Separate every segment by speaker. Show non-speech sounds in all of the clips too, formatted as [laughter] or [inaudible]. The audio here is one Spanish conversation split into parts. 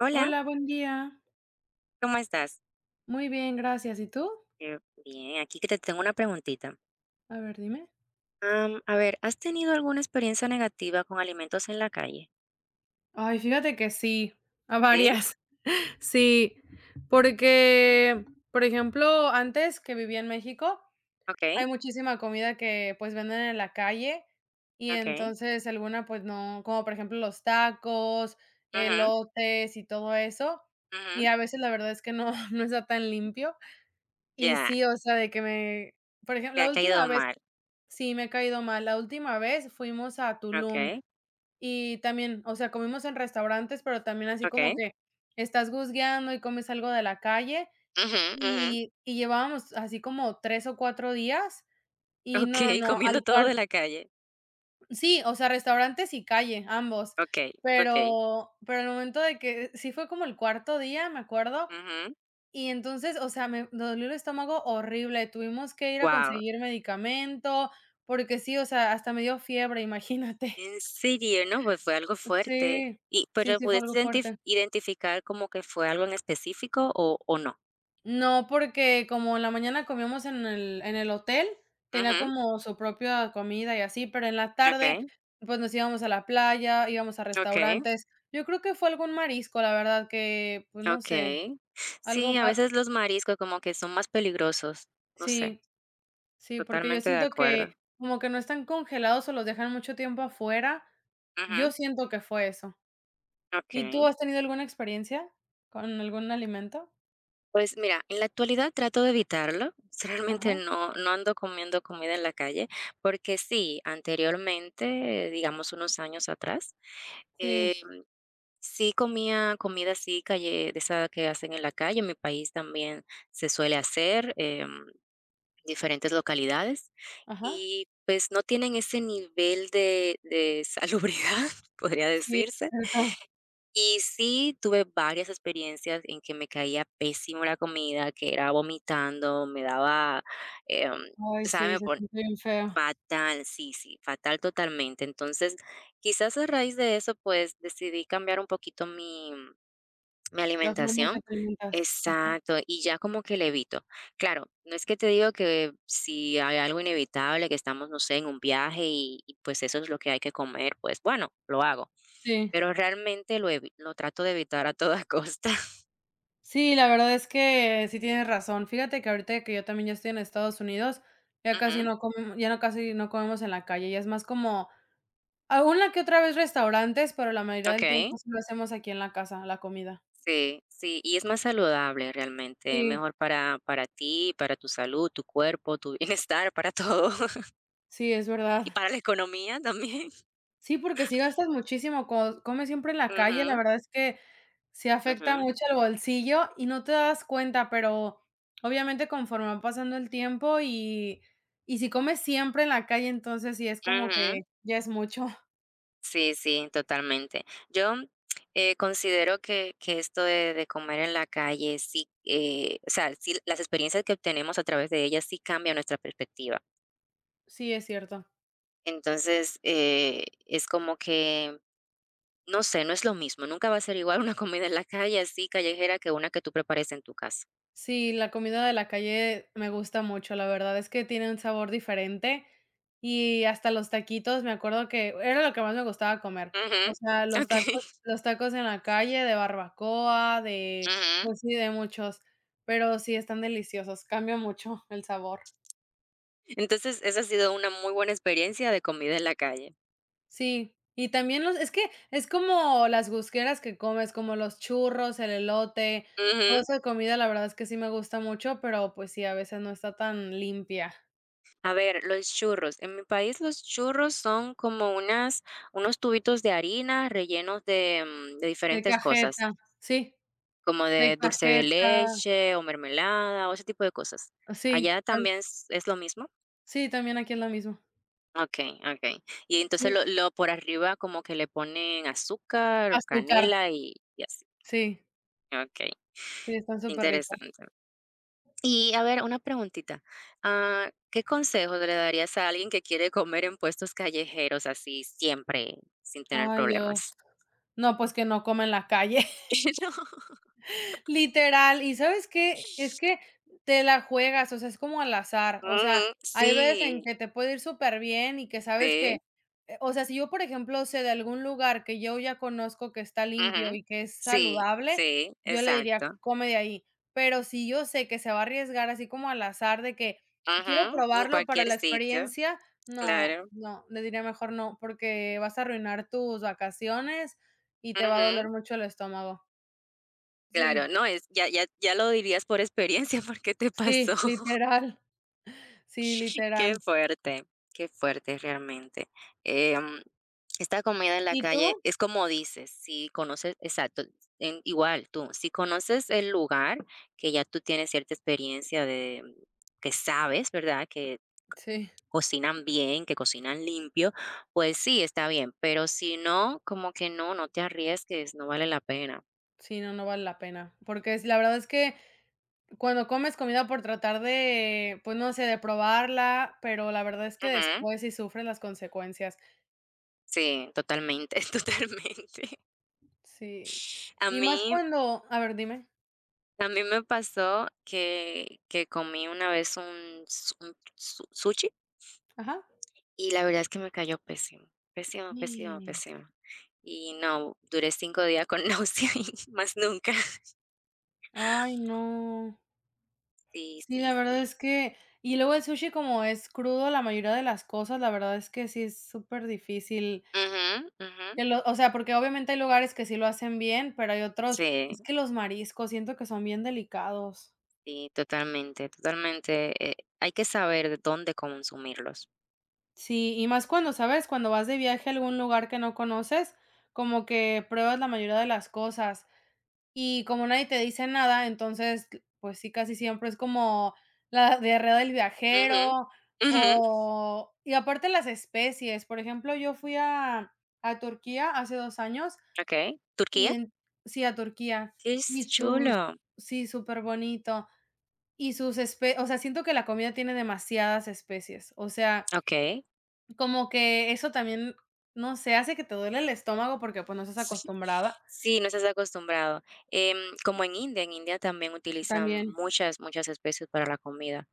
Speaker 1: Hola,
Speaker 2: Hola, buen día.
Speaker 1: ¿cómo estás?
Speaker 2: Muy bien, gracias. ¿Y tú?
Speaker 1: Eh, bien, aquí que te tengo una preguntita.
Speaker 2: A ver, dime.
Speaker 1: A ver, ¿has tenido alguna experiencia negativa con alimentos en la calle?
Speaker 2: Ay, fíjate que sí, a
Speaker 1: Sí,
Speaker 2: varias. [laughs] Sí, porque, por ejemplo, antes que vivía en México,
Speaker 1: ok,
Speaker 2: hay muchísima comida que pues venden en la calle y
Speaker 1: ok.
Speaker 2: entonces alguna pues no, como por ejemplo los tacos,
Speaker 1: Ujú,
Speaker 2: elotes y todo eso. Y
Speaker 1: ujú,
Speaker 2: a veces la verdad es que no, [laughs] no está tan limpio. Y
Speaker 1: ya,
Speaker 2: sí, o sea, por ejemplo,
Speaker 1: te ha
Speaker 2: la última
Speaker 1: caído
Speaker 2: vez.
Speaker 1: mal.
Speaker 2: Sí, me ha caído mal. La última vez fuimos a Tulum
Speaker 1: Ok,
Speaker 2: y también, o sea, comimos en restaurantes, pero también así como
Speaker 1: ok.
Speaker 2: que estás husgueando y comes algo de la calle
Speaker 1: Ujú, ujú, ok,
Speaker 2: y
Speaker 1: [laughs]
Speaker 2: y llevábamos así como 3 o 4 días y no, no, no,
Speaker 1: comiendo
Speaker 2: al
Speaker 1: todo
Speaker 2: cuarto
Speaker 1: de la calle.
Speaker 2: sí, o sea, restaurantes y calle, ambos,
Speaker 1: Ok, ok.
Speaker 2: pero al momento de que sí fue como el cuarto día, me acuerdo,
Speaker 1: Ujú,
Speaker 2: y entonces, o sea, me dolió el estómago horrible, tuvimos que ir a
Speaker 1: wow,
Speaker 2: conseguir medicamento, porque sí, o sea, hasta me dio fiebre, [laughs] imagínate.
Speaker 1: en serio, ¿no? Pues fue algo fuerte.
Speaker 2: Sí,
Speaker 1: Y,
Speaker 2: sí,
Speaker 1: pero
Speaker 2: sí fue algo
Speaker 1: ¿pudiste
Speaker 2: fuerte.
Speaker 1: identificar como que fue algo en específico o no?
Speaker 2: No, porque como en la mañana comíamos en el hotel, tenía
Speaker 1: Ujú,
Speaker 2: como su propia comida y así, pero en la
Speaker 1: ok,
Speaker 2: tarde, pues, nos íbamos a la playa, íbamos a
Speaker 1: ok.
Speaker 2: restaurantes. Yo creo que fue algún marisco, la verdad que, pues, no sé,
Speaker 1: Okey. Sí,
Speaker 2: algo
Speaker 1: a veces los mariscos como que son más peligrosos. No sé,
Speaker 2: sí. Sí, porque yo
Speaker 1: totalmente de
Speaker 2: siento que
Speaker 1: acuerdo.
Speaker 2: como que no están congelados o los dejan mucho tiempo afuera. Yo
Speaker 1: Ujú,
Speaker 2: siento que fue eso. ¿Y tú
Speaker 1: okey.
Speaker 2: has tenido alguna experiencia con algún alimento?
Speaker 1: Pues mira, en la actualidad trato de evitarlo. [laughs] Realmente
Speaker 2: Ajá,
Speaker 1: no ando comiendo comida en la calle, porque sí, anteriormente, digamos unos años atrás,
Speaker 2: sí,
Speaker 1: eh, sí comía comida así calle de esa que hacen en la calle, en mi país también se suele hacer, diferentes localidades
Speaker 2: ajá,
Speaker 1: y pues no tienen ese nivel de salubridad, [laughs] podría
Speaker 2: sí,
Speaker 1: decirse.
Speaker 2: cierto.
Speaker 1: Y sí tuve varias experiencias en que me caía pésimo la comida, que era vomitando, me daba, em,
Speaker 2: Ay,
Speaker 1: ¿sabes?
Speaker 2: sí, se siente bien feo
Speaker 1: Fatal, sí, sí, fatal totalmente. Entonces, quizás a raíz de eso, pues decidí cambiar un poquito mi
Speaker 2: la forma en que
Speaker 1: alimentación,
Speaker 2: te alimentas. Ajá.
Speaker 1: exacto, y ya como que le evito. Claro, no es que te digo que si hay algo inevitable, que estamos, no sé, en un viaje y pues eso es lo que hay que comer, pues bueno, lo hago.
Speaker 2: Sí,
Speaker 1: Pero realmente lo trato de evitar a toda costa. [laughs]
Speaker 2: sí, la verdad es que sí tienes razón. Fíjate que ahorita que yo también ya estoy en Estados Unidos, ya casi
Speaker 1: Ujú,
Speaker 2: no comemos, ya no casi no comemos en la calle, ya es más como a una que otra vez restaurantes, pero la mayoría
Speaker 1: ok,
Speaker 2: del tiempo sí lo hacemos aquí en la casa, la comida.
Speaker 1: sí, sí, y es más saludable realmente,
Speaker 2: Sí,
Speaker 1: mejor para ti, para tu salud, tu cuerpo, tu [laughs] bienestar, para todo, [laughs]
Speaker 2: sí, es verdad.
Speaker 1: y para la economía también. [laughs]
Speaker 2: Sí, porque sí gastas muchísimo, co comes siempre en la calle, la
Speaker 1: Ujú,
Speaker 2: verdad es que se afecta
Speaker 1: ujú,
Speaker 2: mucho el bolsillo y no te das cuenta, pero obviamente conforme va pasando el tiempo y si comes siempre en la calle, entonces sí es como
Speaker 1: ujú.
Speaker 2: que ya es mucho. [laughs]
Speaker 1: Sí, sí, totalmente. Yo considero que esto de comer en la calle, sí, o sea, sí, las experiencias que obtenemos a través de ellas sí cambian nuestra perspectiva.
Speaker 2: Sí, es cierto.
Speaker 1: Entonces, es como que, no sé, no es lo mismo. Nunca va a ser igual [laughs] una comida en la calle así callejera que una que tú prepares en tu casa.
Speaker 2: Sí, la comida de la calle me gusta mucho, la verdad es que tiene un sabor diferente, y hasta los taquitos, me acuerdo que era lo que más me gustaba comer, o
Speaker 1: Ujú,
Speaker 2: sea, los
Speaker 1: ok.
Speaker 2: tacos
Speaker 1: [laughs]
Speaker 2: los tacos en la calle de barbacoa, de,
Speaker 1: Ujú,
Speaker 2: pues sí, de muchos, pero sí están deliciosos, cambia mucho el sabor.
Speaker 1: entonces, esa ha sido una muy buena experiencia de comida en la calle.
Speaker 2: Sí, y también los es que es como las gusqueras que comes, como los churros, el elote, toda
Speaker 1: Ujú.
Speaker 2: esa comida, la verdad es que sí me gusta mucho, pero, pues sí, a veces no está tan limpia.
Speaker 1: A ver, los churros. En mi país los churros son como unas, unos tubitos de harina rellenos de, de
Speaker 2: De
Speaker 1: diferentes cosas,
Speaker 2: cajeta, sí,
Speaker 1: como
Speaker 2: de
Speaker 1: de dulce de
Speaker 2: cajeta,
Speaker 1: leche o mermelada o ese tipo de cosas.
Speaker 2: sí,
Speaker 1: Allá
Speaker 2: tam,
Speaker 1: también es lo mismo.
Speaker 2: sí, también aquí es lo mismo.
Speaker 1: Ok, ok. Y entonces
Speaker 2: Sí,
Speaker 1: lo por arriba como que le ponen azúcar,
Speaker 2: azúcar,
Speaker 1: canela y así.
Speaker 2: sí,
Speaker 1: Ok,
Speaker 2: sí, están súper ricos.
Speaker 1: interesante. Y a ver, una preguntita. ¿Qué consejos le darías a alguien que quiere comer en puestos callejeros así siempre, sin tener
Speaker 2: Ay, Dios.
Speaker 1: problemas?
Speaker 2: No, pues que no comen en la calle.
Speaker 1: [laughs] No.
Speaker 2: Literal, ¿y sabes qué? Es que te la juegas, o sea, es como al azar, o sea,
Speaker 1: Ujú,
Speaker 2: hay
Speaker 1: sí,
Speaker 2: veces en que te puede ir súper bien y que sabes que,
Speaker 1: sí,
Speaker 2: o sea, si yo, por ejemplo, sé de algún lugar que yo ya conozco que está limpio
Speaker 1: ujú.
Speaker 2: y que es
Speaker 1: Sí,
Speaker 2: saludable,
Speaker 1: sí,
Speaker 2: yo le diría:
Speaker 1: exacto.
Speaker 2: "Come de ahí", pero si yo sé que se va a arriesgar así como al azar de que quiero
Speaker 1: Ujú, en
Speaker 2: probarlo para
Speaker 1: cualquier
Speaker 2: la
Speaker 1: sitio,
Speaker 2: experiencia, no,
Speaker 1: claro.
Speaker 2: no, le diría: "Mejor no", porque vas a arruinar tus vacaciones y te va a doler
Speaker 1: Ujú,
Speaker 2: mucho el estómago.
Speaker 1: claro,
Speaker 2: Sí.
Speaker 1: no es ya lo dirías por experiencia [laughs] porque te
Speaker 2: Sí,
Speaker 1: pasó.
Speaker 2: literal. Sí,
Speaker 1: [laughs] Qué
Speaker 2: literal.
Speaker 1: fuerte, qué fuerte realmente. Em, esta comida en la
Speaker 2: ¿Y
Speaker 1: calle
Speaker 2: tú?
Speaker 1: es como dices, si conoces, exacto, igual tú, si conoces el lugar, que ya tú tienes cierta experiencia de que sabes, ¿verdad? Que
Speaker 2: Sí,
Speaker 1: cocinan bien, que cocinan limpio, pues sí, está bien, pero si no, como que no, no te arriesgues, no vale la pena.
Speaker 2: sí, no, no vale la pena, porque es la verdad es que cuando comes comida por tratar de, pues, no sé, de probarla, pero la verdad es que
Speaker 1: Ujú,
Speaker 2: después sí sufres las consecuencias.
Speaker 1: sí, totalmente, [laughs] totalmente.
Speaker 2: Sí.
Speaker 1: A
Speaker 2: Y más
Speaker 1: mí
Speaker 2: cuando a ver, dime.
Speaker 1: A mí me pasó que comí una vez un su sushi,
Speaker 2: Ajá.
Speaker 1: y la verdad es que me cayó pésimo,
Speaker 2: Mm.
Speaker 1: pésimo. Y no, duré 5 días con [laughs] náusea y más nunca.
Speaker 2: Ay, no.
Speaker 1: Sí,
Speaker 2: Sí,
Speaker 1: sí,
Speaker 2: la
Speaker 1: sí.
Speaker 2: verdad es que y luego el sushi como es crudo, la mayoría de las cosas, la verdad es que sí es súper difícil.
Speaker 1: Ujú, ujú.
Speaker 2: Que lo o sea, porque obviamente hay lugares que sí lo hacen bien, pero hay otros
Speaker 1: Sí,
Speaker 2: es que los mariscos siento que son bien delicados.
Speaker 1: sí, totalmente, totalmente, hay que saber de dónde consumirlos.
Speaker 2: Sí, y más cuando, ¿sabes? Cuando vas de viaje a algún lugar que no conoces, como que pruebas la mayoría de las cosas, y como nadie te dice nada, entonces, pues sí, casi siempre es como la diarrea del
Speaker 1: Ujú,
Speaker 2: viajero,
Speaker 1: ujú.
Speaker 2: o y aparte las especies. Por ejemplo, yo fui a Turquía hace 2 años.
Speaker 1: Okey.
Speaker 2: Y
Speaker 1: ¿Turquía?
Speaker 2: en, sí, a Turquía.
Speaker 1: Qué es
Speaker 2: Y sus,
Speaker 1: chulo.
Speaker 2: sí, súper bonito. Y sus espe, o sea, siento que la comida tiene demasiadas especies. O sea,
Speaker 1: Okey.
Speaker 2: como que eso también, no sé, hace que te duele el estómago porque, pues, no estás acostumbrada.
Speaker 1: Sí, no estás acostumbrado. Em, como en India también utilizan
Speaker 2: También,
Speaker 1: muchas, muchas especies para la comida.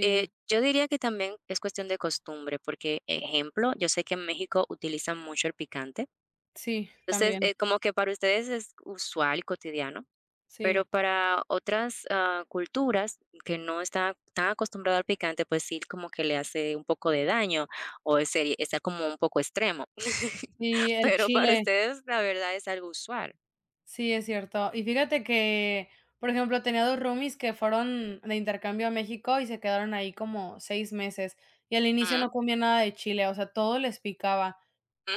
Speaker 1: Yo diría que también es cuestión de costumbre, porque, ejemplo, yo sé que en México utilizan mucho el picante.
Speaker 2: sí,
Speaker 1: Entonces,
Speaker 2: también,
Speaker 1: como que para ustedes es usual y cotidiano, pero
Speaker 2: sí.
Speaker 1: para otras culturas que no están tan acostumbradas al picante, pues sí, como que le hace un poco de daño está como un poco extremo. [laughs]
Speaker 2: Y el
Speaker 1: Pero para
Speaker 2: chile,
Speaker 1: ustedes, la verdad, es algo usual.
Speaker 2: sí, es cierto. Y fíjate que, por ejemplo, tenía 2 roomies que fueron de intercambio a México y se quedaron ahí como 6 meses, y al inicio
Speaker 1: Ujú,
Speaker 2: no comía nada de chile, o sea, todo les picaba.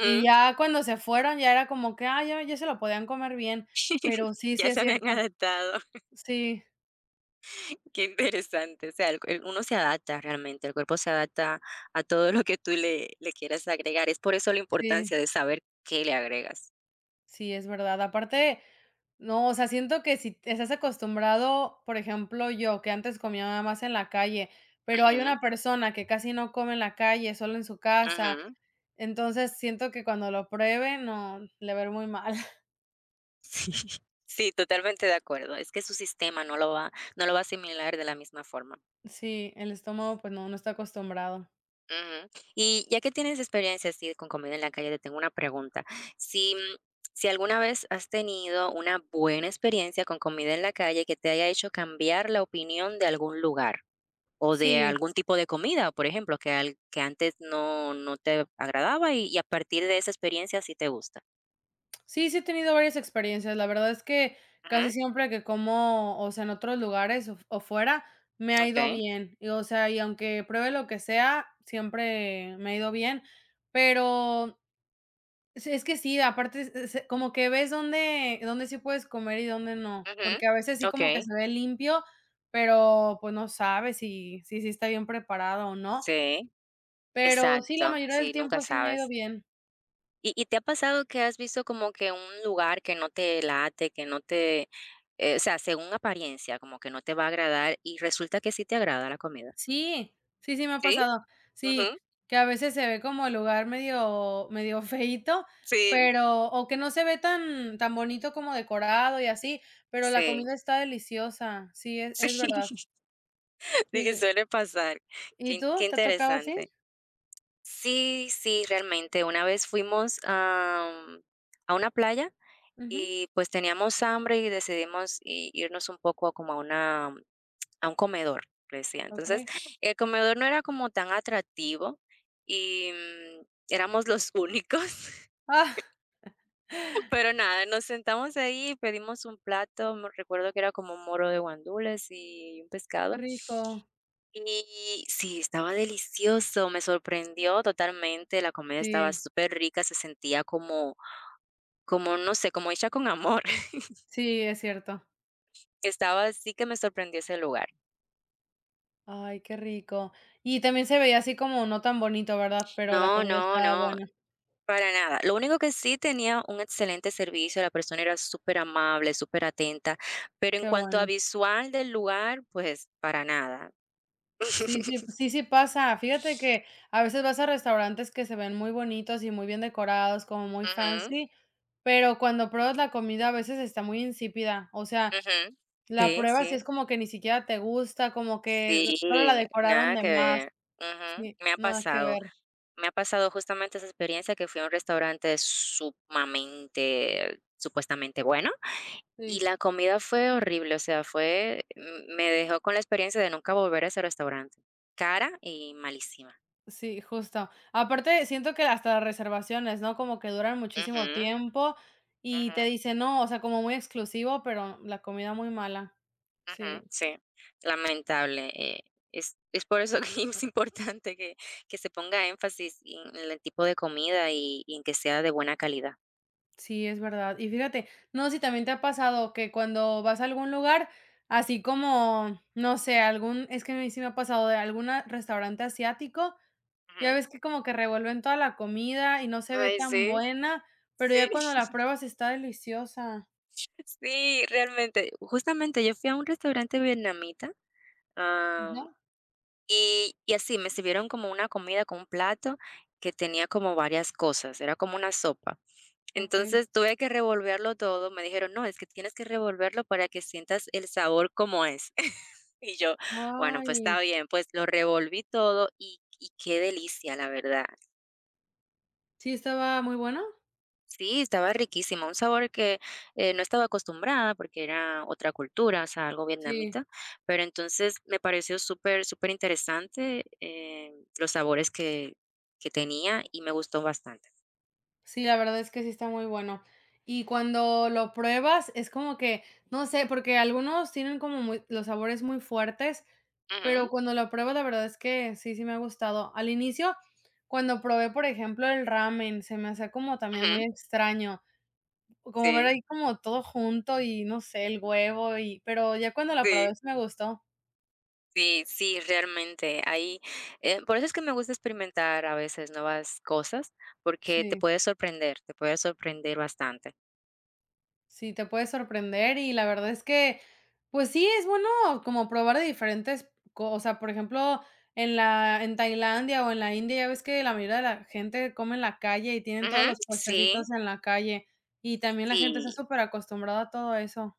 Speaker 2: Y ya cuando se fueron, ya era como que, ah, ya se lo podían comer bien,
Speaker 1: [laughs]
Speaker 2: pero sí, sí
Speaker 1: Ya
Speaker 2: es
Speaker 1: se habían
Speaker 2: cierto.
Speaker 1: adaptado.
Speaker 2: Sí,
Speaker 1: [laughs] Qué interesante. O sea, el cue uno se adapta realmente, el cuerpo se adapta a todo lo que tú le quieras agregar. Es por eso la
Speaker 2: sí,
Speaker 1: importancia de saber qué le agregas.
Speaker 2: sí, es verdad. Aparte, no, o sea, siento que si te estás acostumbrado, por ejemplo, yo, que antes comía nada más en la calle, pero hay
Speaker 1: Ujú,
Speaker 2: una persona que casi no come en la calle, solo en su casa,
Speaker 1: ujú.
Speaker 2: entonces siento que cuando lo pruebe, no, le va a ir muy mal. [laughs]
Speaker 1: Sí, [laughs] sí, totalmente de acuerdo. Es que su sistema no lo va a asimilar de la misma forma.
Speaker 2: Sí, el estómago, pues no, no está acostumbrado.
Speaker 1: Ujú. Y ya que tienes experiencia así con comida en la calle, te tengo una pregunta. Si, si alguna vez has tenido una buena experiencia con comida en la calle que te haya hecho cambiar la opinión de algún lugar o de
Speaker 2: Sí.
Speaker 1: algún tipo de comida, por ejemplo, que, que antes no, no te agradaba y a partir de esa experiencia sí te gusta.
Speaker 2: Sí, sí he tenido varias experiencias. La verdad es que
Speaker 1: Ujú,
Speaker 2: casi siempre que como, o sea, en otros lugares o fuera, me ha ido
Speaker 1: ok,
Speaker 2: bien. Y, o sea, y aunque pruebe lo que sea, siempre me ha ido bien. Pero es que sí, aparte, es como que ves dónde, dónde sí puedes comer y dónde no.
Speaker 1: ujú,
Speaker 2: Porque a veces sí
Speaker 1: ok,
Speaker 2: como que se ve limpio, pero pues no sabes si, si, sí está bien preparado o no.
Speaker 1: sí,
Speaker 2: Pero sí, la
Speaker 1: exacto,
Speaker 2: mayoría del
Speaker 1: sí, nunca
Speaker 2: tiempo sí me ha ido
Speaker 1: sabes.
Speaker 2: bien.
Speaker 1: ¿Y te ha pasado que has visto como que un lugar que no te late, que no te, o sea, según apariencia, como que no te va a agradar y resulta que sí te agrada la comida?
Speaker 2: Sí, sí, sí me ha
Speaker 1: Sí,
Speaker 2: pasado. Sí,
Speaker 1: ujú,
Speaker 2: que a veces se ve como el lugar medio [laughs] feíto,
Speaker 1: sí,
Speaker 2: pero o que no se ve tan tan bonito como decorado y así, pero la
Speaker 1: sí.
Speaker 2: comida está deliciosa. Sí, es
Speaker 1: Sí.
Speaker 2: verdad.
Speaker 1: [laughs] Dije,
Speaker 2: Sí.
Speaker 1: suele pasar.
Speaker 2: ¿Y tú?
Speaker 1: Qué
Speaker 2: ¿Te ha tocado así?
Speaker 1: interesante. Sí, sí, realmente. Una vez fuimos a, a una playa
Speaker 2: Ujú,
Speaker 1: y pues teníamos hambre y decidimos i irnos un poco como a una a un comedor, le decía. Entonces,
Speaker 2: okey.
Speaker 1: el comedor no era como tan atractivo y, éramos los únicos,
Speaker 2: ¡Ah!
Speaker 1: [laughs] pero nada, nos sentamos ahí pedimos un plato, me recuerdo que era como un moro de guandules y un
Speaker 2: Qué
Speaker 1: pescado.
Speaker 2: rico.
Speaker 1: Y sí, estaba delicioso, me sorprendió totalmente, la comida estaba
Speaker 2: Sí,
Speaker 1: súper rica se sentía como como, no sé, como hecha con amor.
Speaker 2: sí, es cierto.
Speaker 1: Estaba así que me sorprendió ese lugar.
Speaker 2: Ay, qué rico. Y también se veía así como no tan bonito, ¿verdad? Pero la
Speaker 1: No,
Speaker 2: comida
Speaker 1: no,
Speaker 2: estaba
Speaker 1: no,
Speaker 2: buena.
Speaker 1: para nada. Lo único que sí tenía un excelente servicio, la persona era súper amable, súper atenta, pero en
Speaker 2: Qué
Speaker 1: cuanto
Speaker 2: bueno.
Speaker 1: a visual del lugar, pues para nada.
Speaker 2: Sí, sí, pues,
Speaker 1: [laughs]
Speaker 2: sí, sí pasa. Fíjate que a veces vas a restaurantes que se ven muy bonitos y muy bien decorados, como muy
Speaker 1: Ujú,
Speaker 2: fancy, pero cuando pruebas la comida a veces está muy insípida. O sea,
Speaker 1: ujú.
Speaker 2: la
Speaker 1: Sí,
Speaker 2: pruebas y
Speaker 1: sí.
Speaker 2: es como que ni siquiera te gusta, como que solo la
Speaker 1: Sí,
Speaker 2: decoraron
Speaker 1: nada
Speaker 2: de
Speaker 1: que
Speaker 2: más.
Speaker 1: ver. Ujú,
Speaker 2: Sí,
Speaker 1: me ha
Speaker 2: nada que
Speaker 1: pasado.
Speaker 2: ver.
Speaker 1: Me ha pasado justamente esa experiencia que fui a un restaurante sumamente, supuestamente bueno. Y
Speaker 2: Sí,
Speaker 1: la comida fue horrible, o sea, fue me dejó con la experiencia de nunca volver a ese restaurante. Cara y malísima.
Speaker 2: sí, justo. Aparte, siento que hasta las reservaciones, ¿no? Como que duran muchísimo
Speaker 1: Ujú,
Speaker 2: tiempo y te
Speaker 1: ujú,
Speaker 2: dicen, no, o sea, como muy exclusivo, pero la comida muy mala. Sí.
Speaker 1: ujú. Sí, lamentable, es por eso que [laughs] es importante que se ponga énfasis en el tipo de comida y en que sea de buena calidad.
Speaker 2: Sí, es verdad. Y fíjate, no sé si también te ha pasado que cuando vas a algún lugar, así como, no sé, algún, es que a mí sí me ha pasado de algún restaurante asiático, ya
Speaker 1: Ujú.
Speaker 2: ves que como que revuelven toda la comida y no se ve
Speaker 1: Ay,
Speaker 2: tan
Speaker 1: sí,
Speaker 2: buena, pero
Speaker 1: sí.
Speaker 2: ya cuando la
Speaker 1: [laughs]
Speaker 2: pruebas está deliciosa.
Speaker 1: Sí, realmente. Justamente yo fui a un restaurante vietnamita,
Speaker 2: Ujú.
Speaker 1: y así, me sirvieron como una comida con un plato que tenía como varias cosas, era como una sopa.
Speaker 2: Ok.
Speaker 1: Entonces, tuve que revolverlo todo, me dijeron: "No, es que tienes que revolverlo para que sientas el sabor como es". [laughs] Y yo: "Bueno, pues
Speaker 2: Ay,
Speaker 1: está bien". Pues lo revolví todo y qué delicia, la verdad.
Speaker 2: ¿sí estaba muy bueno?
Speaker 1: Sí, estaba riquísimo, un sabor que no estaba acostumbrada porque era otra cultura, o sea, algo
Speaker 2: Sí.
Speaker 1: vietnamita, pero entonces me pareció súper, súper interesante los sabores que tenía y me gustó bastante.
Speaker 2: Sí, la verdad es que sí está muy bueno. Y cuando lo pruebas, es como que, no sé, porque algunos tienen como muy los sabores muy fuertes, pero
Speaker 1: Ujú,
Speaker 2: cuando lo pruebo, la verdad es que sí, sí me ha gustado. Al inicio, cuando probé, por ejemplo, el ramen, se me hacía como también muy
Speaker 1: ujú,
Speaker 2: extraño, como ver
Speaker 1: sí,
Speaker 2: ahí como todo junto y no sé, el huevo y pero ya cuando lo probé
Speaker 1: sí,
Speaker 2: sí me gustó.
Speaker 1: sí, sí, realmente. Ahí, por eso es que me gusta experimentar a veces nuevas cosas, porque
Speaker 2: Sí.
Speaker 1: te puede sorprender bastante.
Speaker 2: Sí, te puede sorprender y la verdad es que, pues sí, es bueno como probar de diferentes cosas. Por ejemplo, en Tailandia o en la India, ya ves que la mayoría de la gente come en la calle y tienen todos
Speaker 1: Ujú,
Speaker 2: los
Speaker 1: sí,
Speaker 2: puestecitos en la calle, y también la gente está
Speaker 1: sí.
Speaker 2: súper acostumbrada a todo eso.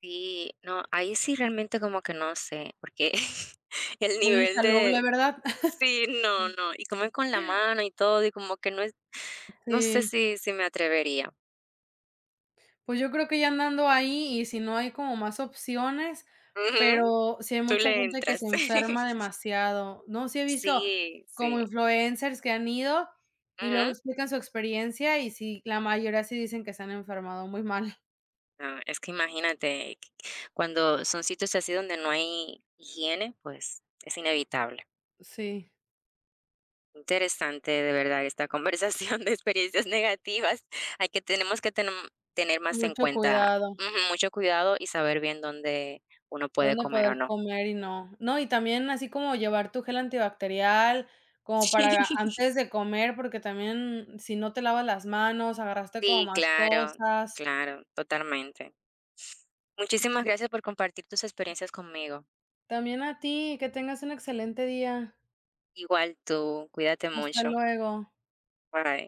Speaker 1: Sí, no, ahí sí realmente como que no sé, porque [laughs] el
Speaker 2: Muy
Speaker 1: nivel de
Speaker 2: insalubre, ¿verdad?
Speaker 1: sí, no,
Speaker 2: [laughs]
Speaker 1: no, y comer con la mano y todo, y como que no es no sé
Speaker 2: Sí.
Speaker 1: si me atrevería.
Speaker 2: Pues yo creo que ya andando ahí y si no hay como más opciones,
Speaker 1: Ujú,
Speaker 2: pero sí hay
Speaker 1: tú
Speaker 2: mucha
Speaker 1: le
Speaker 2: gente que se
Speaker 1: entras.
Speaker 2: enferma
Speaker 1: [laughs]
Speaker 2: demasiado, ¿no? Sí he visto
Speaker 1: Sí,
Speaker 2: como
Speaker 1: sí.
Speaker 2: influencers que han ido y luego
Speaker 1: Ujú.
Speaker 2: explican su experiencia y sí, la mayoría sí dicen que se han enfermado muy mal.
Speaker 1: No, es que imagínate, cuando son sitios así donde no hay higiene, pues es inevitable.
Speaker 2: Sí.
Speaker 1: Interesante, de verdad, esta [laughs] conversación de experiencias negativas. Hay que tenemos que tenem tener más en
Speaker 2: Mucho
Speaker 1: cuenta,
Speaker 2: cuidado,
Speaker 1: ujú, mucho cuidado y saber bien dónde uno puede
Speaker 2: dónde
Speaker 1: comer o
Speaker 2: poder
Speaker 1: no.
Speaker 2: comer y no. No, y también así como llevar tu gel antibacterial, como para
Speaker 1: [laughs]
Speaker 2: antes de comer, porque también si no te lavas las manos, agarraste como
Speaker 1: Sí,
Speaker 2: más
Speaker 1: claro,
Speaker 2: cosas.
Speaker 1: claro, totalmente. Muchísimas
Speaker 2: Sí.
Speaker 1: gracias por compartir tus experiencias conmigo.
Speaker 2: También a ti, que tengas un excelente día.
Speaker 1: Igual tú, cuídate
Speaker 2: Hasta
Speaker 1: mucho.
Speaker 2: luego.
Speaker 1: Bye.